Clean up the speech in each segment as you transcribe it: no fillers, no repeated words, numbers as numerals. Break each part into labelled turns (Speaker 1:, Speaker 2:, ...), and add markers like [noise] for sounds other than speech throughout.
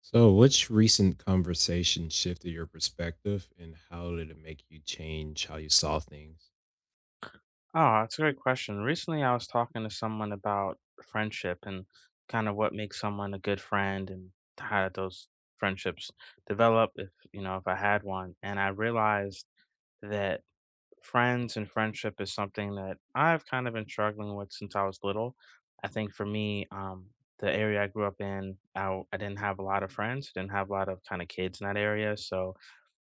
Speaker 1: So, which recent conversation shifted your perspective and how did it make you change how you saw things?
Speaker 2: Oh, that's a great question. Recently, I was talking to someone about friendship and kind of what makes someone a good friend and how those friendships develop if, if I had one. And I realized that friends and friendship is something that I've kind of been struggling with since I was little. I think for me, the area I grew up in, I didn't have a lot of friends, didn't have a lot of kind of kids in that area. So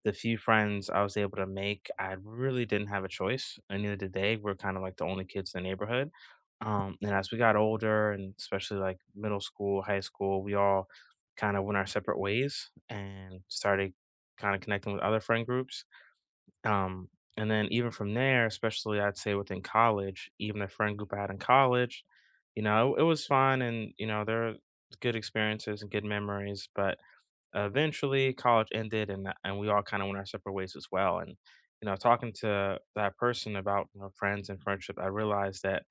Speaker 2: the few friends I was able to make, I really didn't have a choice. At the end of the day, we're kind of like the only kids in the neighborhood. And as we got older, and especially like middle school, high school, we all kind of went our separate ways and started kind of connecting with other friend groups, um, and then even from there, especially I'd say within college, even the friend group I had in college, it was fun, and there are good experiences and good memories, but eventually college ended, and we all kind of went our separate ways as well. And talking to that person about friends and friendship, I realized that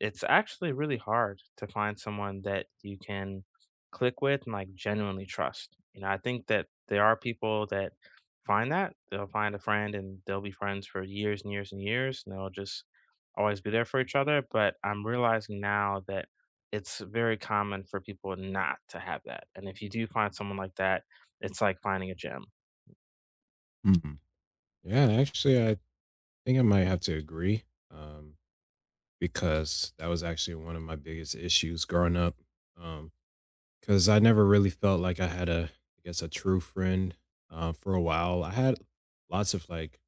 Speaker 2: it's actually really hard to find someone that you can click with and like genuinely trust. You know, I think that there are people that find that they'll find a friend and they'll be friends for years and years and years, and they'll just always be there for each other. But I'm realizing now that it's very common for people not to have that. And if you do find someone like that, it's like finding a gym.
Speaker 1: Mhm. Yeah, actually, I think I might have to agree, um, because that was actually one of my biggest issues growing up. Because I never really felt like I had a, I guess, a true friend for a while. I had lots of like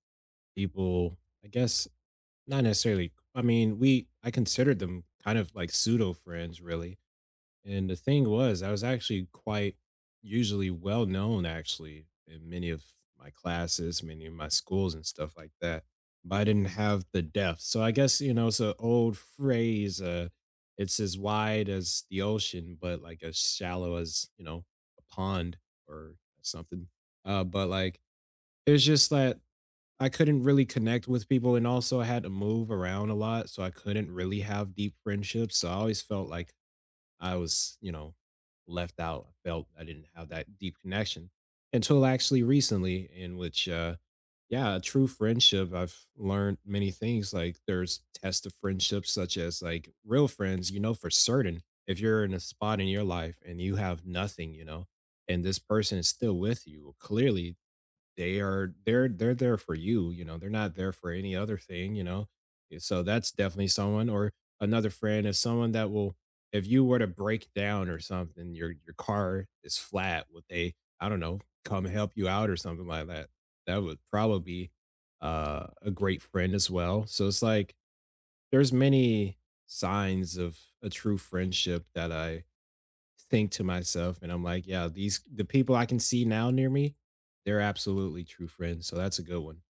Speaker 1: people, I guess, not necessarily, I mean, I considered them kind of like pseudo friends, really. And the thing was, I was actually quite usually well known actually in many of my classes, many of my schools and stuff like that. But I didn't have the depth. So I guess, you know, it's an old phrase, it's as wide as the ocean, but like as shallow as, you know, a pond or something. But like it's just that I couldn't really connect with people, and also I had to move around a lot. So I couldn't really have deep friendships. So I always felt like I was, you know, left out. I felt I didn't have that deep connection until actually recently, in which, yeah, a true friendship, I've learned many things. Like there's tests of friendship, such as like real friends, you know, for certain. If you're in a spot in your life and you have nothing, you know, and this person is still with you, well, clearly they are they're there for you, you know, they're not there for any other thing, you know? So that's definitely someone, or another friend is someone that will, if you were to break down or something, your car is flat, would they, I don't know, come help you out or something like that? That would probably be, a great friend as well. So it's like, there's many signs of a true friendship that I think to myself and I'm like, yeah, these the people I can see now near me, they're absolutely true friends. So that's a good one.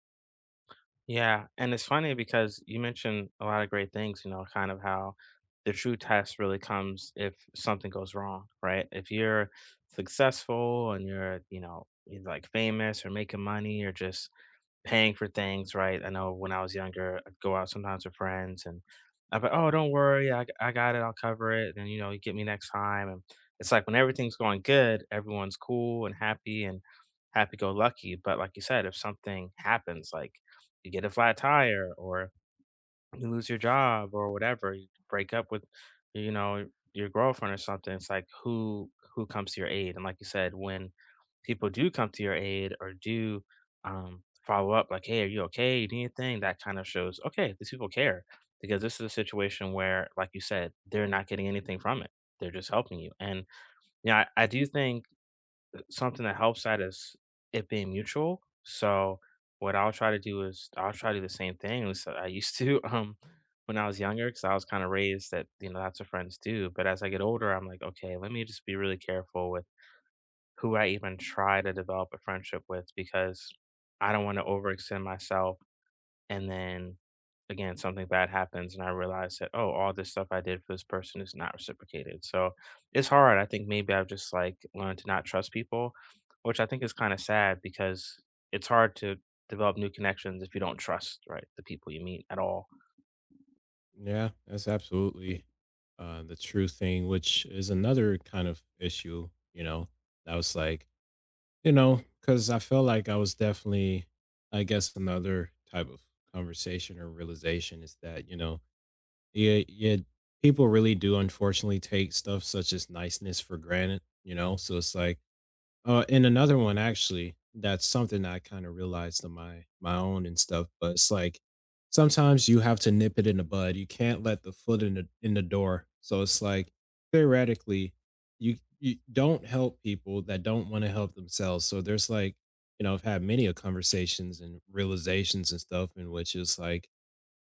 Speaker 2: Yeah, and it's funny because you mentioned a lot of great things, you know, kind of how the true test really comes if something goes wrong, right? If you're successful and you're, you know, you're like famous or making money or just paying for things, right? I know when I was younger, I'd go out sometimes with friends, and I'd be like, oh, don't worry, I got it, I'll cover it. And, you know, you get me next time. And it's like when everything's going good, everyone's cool and happy go lucky. But like you said, if something happens, like you get a flat tire or you lose your job or whatever, you break up with, you know, your girlfriend or something. It's like who comes to your aid? And like you said, when people do come to your aid or do follow up, like, hey, are you okay? You need anything? That kind of shows, okay, these people care because this is a situation where, like you said, they're not getting anything from it. They're just helping you. And yeah, I do think something that helps that is it being mutual. So what I'll try to do is I'll try to do the same thing as I used to [laughs] when I was younger because I was kind of raised that you know that's what friends do. But as I get older, I'm like, okay, let me just be really careful with who I even try to develop a friendship with because I don't want to overextend myself and then again, something bad happens, and I realize that, oh, all this stuff I did for this person is not reciprocated. So it's hard. I think maybe I've just like learned to not trust people, which I think is kind of sad because it's hard to develop new connections if you don't trust, right, the people you meet at all.
Speaker 1: Yeah, that's absolutely, the true thing, which is another kind of issue, you know, that was like, you know, because I felt like I was definitely, I guess, another type of conversation or realization is that, you know, yeah, yeah, people really do unfortunately take stuff such as niceness for granted, you know, so it's like, And another one actually, that's something that I kinda realized on my own and stuff, but it's like, sometimes you have to nip it in the bud, you can't let the foot in the door, so it's like, theoretically, you don't help people that don't wanna help themselves, so there's like, you know, I've had many a conversations and realizations and stuff in which it's like,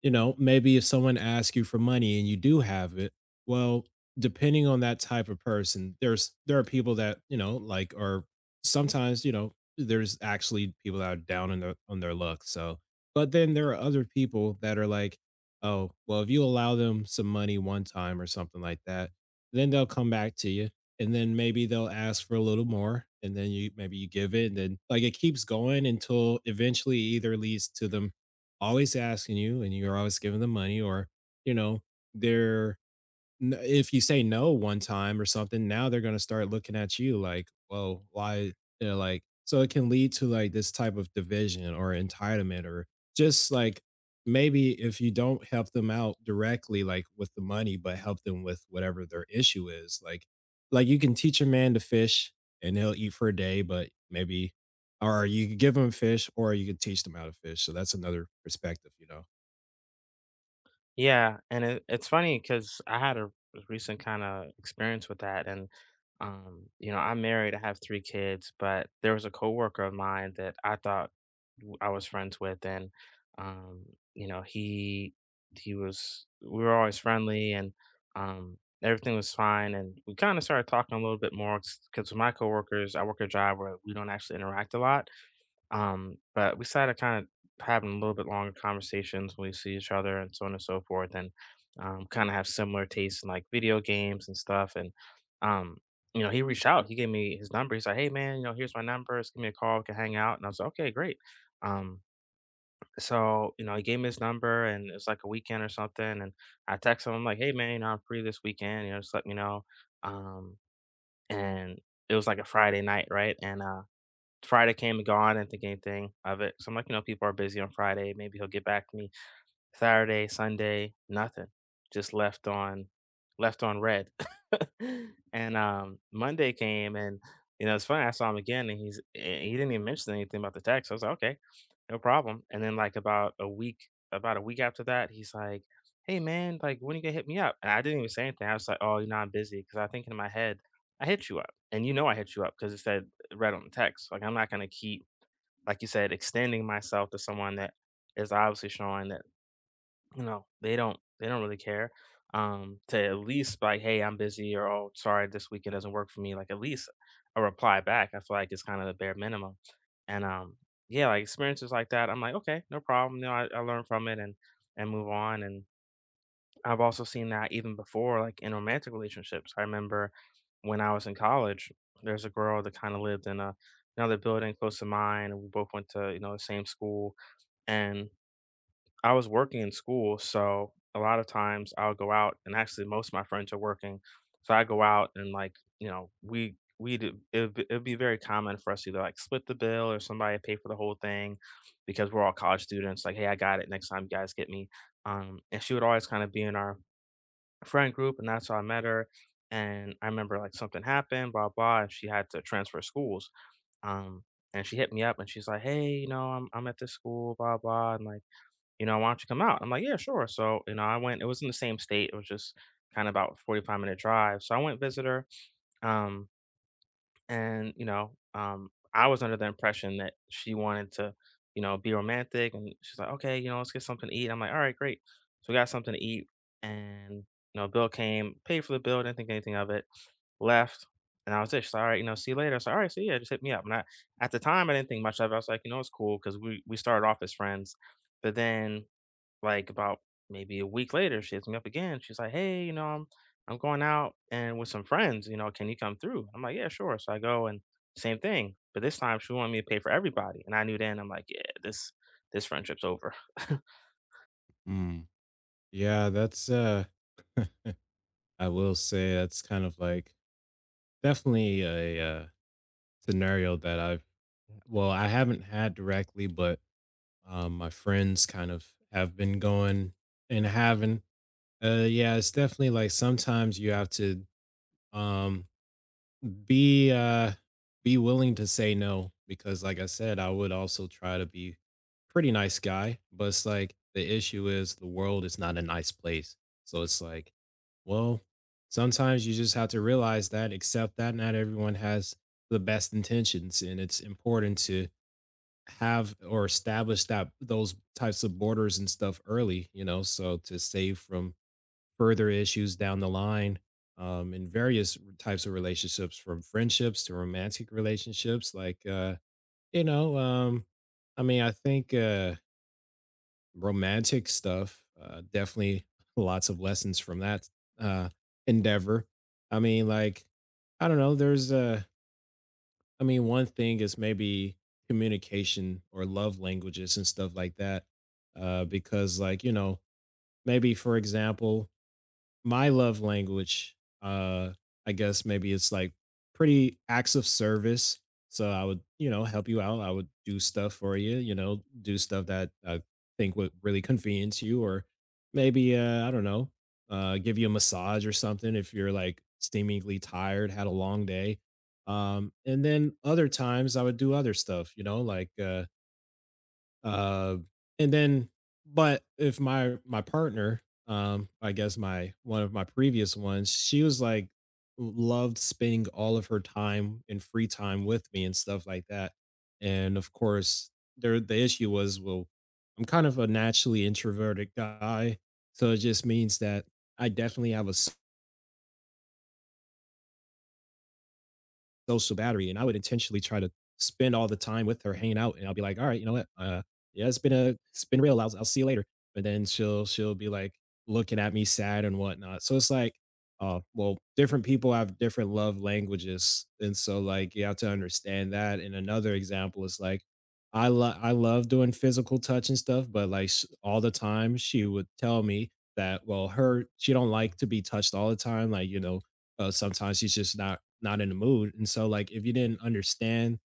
Speaker 1: you know, maybe if someone asks you for money and you do have it, well, depending on that type of person, there are people that, you know, like are sometimes, you know, there's actually people that are down in their luck. So, but then there are other people that are like, oh, well, if you allow them some money one time or something like that, then they'll come back to you. And then maybe they'll ask for a little more. And then you maybe you give it. And then like it keeps going until eventually either leads to them always asking you and you're always giving them money, or, you know, they're N if you say no one time or something, now they're gonna start looking at you like, "Well, why," you know, like so it can lead to, like, this type of division or entitlement or just, like, maybe if you don't help them out directly, like, with the money, but help them with whatever their issue is, like, you can teach a man to fish and he'll eat for a day, but maybe, or you could give him fish, or you could teach them how to fish, so that's another perspective, you know?
Speaker 2: Yeah, and it's funny because I had a recent kind of experience with that, and you know, I'm married, I have three kids, but there was a coworker of mine that I thought I was friends with, and um, you know, he was we were always friendly, and everything was fine, and we kind of started talking a little bit more because with my coworkers, I work a job where we don't actually interact a lot, but we started kind of having a little bit longer conversations when we see each other and so on and so forth, and kind of have similar tastes in like video games and stuff. And um, you know, he reached out, he gave me his number. He's like, "Hey, man, you know, here's my number. Just give me a call. We can hang out." And I was like, "Okay, great." Um, so you know, he gave me his number, and it was like a weekend or something. And I texted him, I'm like, "Hey, man, you know, I'm free this weekend. You know, just let me know." Um, and it was like a Friday night, right? And Friday came and gone, I didn't think anything of it, so I'm like, "You know, people are busy on Friday, maybe he'll get back to me." Saturday, Sunday, nothing. Just left on red. [laughs] And Monday came and you know, it's funny, I saw him again and he didn't even mention anything about the tax. I was like, okay, no problem. And then like about a week after that, he's like, hey man, like when you gonna hit me up? And I didn't even say anything. I was like, oh, you know, I'm busy because I think in my head, I hit you up. And you know I hit you up because it said red on the text. Like I'm not gonna keep, like you said, extending myself to someone that is obviously showing that no, they don't really care, to at least like, "Hey, I'm busy," or, "Oh, sorry, this weekend doesn't work for me," like, at least a reply back, I feel like it's kinda the bare minimum, and, yeah, like, experiences like that, I'm like, "Okay, no problem," you know, I learn from it and move on, and I've also seen that even before, like, in romantic relationships. I remember when I was in college, there's a girl that kinda lived in a another building close to mine, and we both went to, you know, the same school, and I was working in school, so a lot of times I'll go out, and actually most of my friends are working, so I go out and like you know we it'd be very common for us to either like split the bill or somebody pay for the whole thing because we're all college students. Like, hey, I got it. Next time you guys get me. And she would always kind of be in our friend group, and that's how I met her. And I remember like something happened, blah blah, and she had to transfer schools. Um, and she hit me up and she's like, hey, you know, I'm at this school, blah blah, and like you know, "Why don't you come out?" I'm like, "Yeah, sure." So, you know, I went, it was in the same state, it was just kinda about 45-minute drive, so I went visit her, um, and, you know, I was under the impression that she wanted to, you know, be romantic, and she's like, "Okay, you know, let's get something to eat." I'm like, "Alright, great." So we got something to eat, and, you know, bill came, paid for the bill, didn't think anything of it, left, and I was just, "Alright, you know, see you later." I said, "Alright, so yeah, just hit me up." And I at the time, I didn't think much of it, I was like, "You know, it's cool because we started off as friends, but then like, about maybe a week later, she hits me up again. She's like, "Hey, you know, I'm going out and with some friends, you know, can you come through?" I'm like, "Yeah, sure." So I go and same thing, but this time she wanted me to pay for everybody, and I knew then I'm like, "Yeah, this friendship's over." [laughs]
Speaker 1: Mm. Yeah, that's, [laughs] I will say that's kind of like definitely a, scenario that I've, well, I haven't had directly, but my friends kind of have been going and having. Yeah, it's definitely like sometimes you have to um be uh be willing to say no, because like I said, I would also try to be pretty nice guy, but it's like the issue is the world is not a nice place. So it's like, well, sometimes you just have to realize that, accept that not everyone has the best intentions, and it's important to have or establish that those types of borders and stuff early, you know, so to save from further issues down the line, in various types of relationships, from friendships to romantic relationships. Like, you know, um, I mean, I think romantic stuff, definitely [laughs] lots of lessons from that, uh, endeavor. I mean, like, I don't know. There's, I mean, one thing is maybe communication or love languages and stuff like that. Because, like, you know, maybe for example, my love language, uh, I guess maybe it's like pretty acts of service. So I would, you know, help you out. I would do stuff for you, you know, do stuff that I think would really convenience you, or maybe I don't know, give you a massage or something if you're like seemingly tired, had a long day. And then other times I would do other stuff, you know, uh, and then, but if my partner, I guess my one of my previous ones, she was like loved spending all of her time and free time with me and stuff like that. And of course, there the issue was, well, I'm kind of a naturally introverted guy, so it just means that I definitely have a throw some battery. And I would intentionally try to spend all the time with her hanging out. And I'll be like, all right, you know what? Yeah, it's been real. I'll see you later. But then she'll be like looking at me sad and whatnot. So it's like, well, different people have different love languages. And so like, you have to understand that. And another example is like, I love doing physical touch and stuff, but like all the time she would tell me that well her she don't like to be touched all the time. Like you know, sometimes she's just not in the mood. And so like if you didn't understand,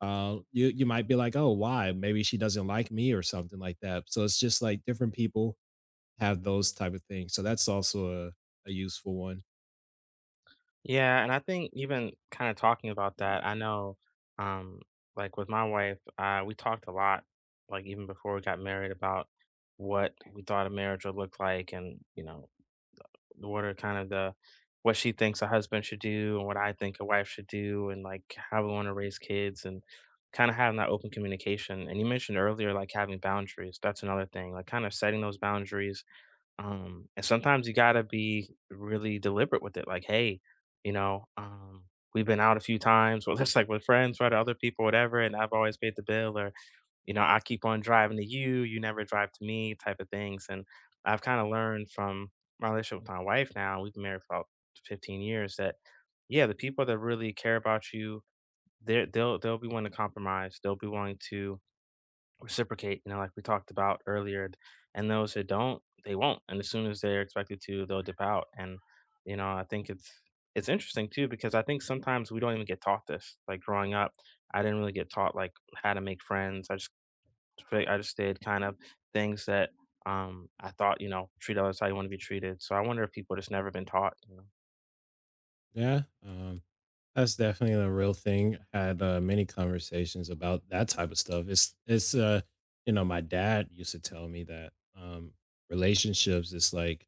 Speaker 1: you might be like, "Oh, why? Maybe she doesn't like me or something like that." So it's just like different people have those type of things. So that's also a useful one.
Speaker 2: Yeah, and I think even kind of talking about that, I know, um, like with my wife, we talked a lot, like even before we got married, about what we thought a marriage would look like, and you know, what are kind of the what she thinks a husband should do and what I think a wife should do and like how we want to raise kids and kind of having that open communication. And you mentioned earlier like having boundaries. That's another thing. Like kind of setting those boundaries. And sometimes you gotta be really deliberate with it. Like, hey, you know, we've been out a few times, [laughs] well that's like with friends, right, or other people, whatever, and I've always paid the bill or you know, I keep on driving to you, you never drive to me type of things. And I've kind of learned from my relationship with my wife now, we've been married for about 15 years, that yeah, the people that really care about you, they'll be willing to compromise. They'll be willing to reciprocate, you know, like we talked about earlier. And those that don't, they won't. And as soon as they're expected to, they'll dip out. And you know, I think it's interesting too because I think sometimes we don't even get taught this. Like growing up, I didn't really get taught like how to make friends. I just perfect. I just did kind of things that I thought, you know, treat others how you want to be treated. So I wonder if people just never been taught. You know?
Speaker 1: Yeah. That's definitely a real thing. Had many conversations about that type of stuff. It's you know, my dad used to tell me that relationships is like,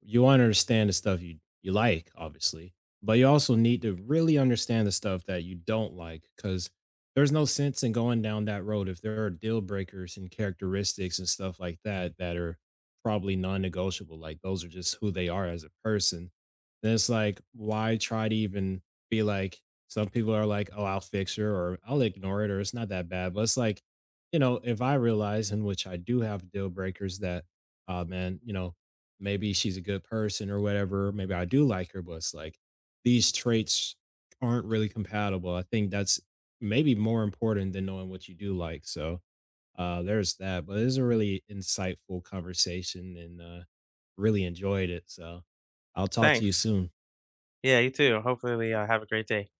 Speaker 1: you want to understand the stuff you like, obviously, but you also need to really understand the stuff that you don't like, because there's no sense in going down that road if there are deal breakers and characteristics and stuff like that that are probably non-negotiable, like those are just who they are as a person. Then it's like, why try to even be like, some people are like, oh, I'll fix her, or I'll ignore it, or it's not that bad, but it's like, you know, if I realize in which I do have deal breakers, that, man, you know, maybe she's a good person or whatever. Maybe I do like her, but it's like these traits aren't really compatible. I think that's maybe more important than knowing what you do like. So, there's that. But it's a really insightful conversation, and really enjoyed it. So I'll talk to you
Speaker 2: Thanks.
Speaker 1: soon.
Speaker 2: Yeah, you too. Hopefully, have a great day.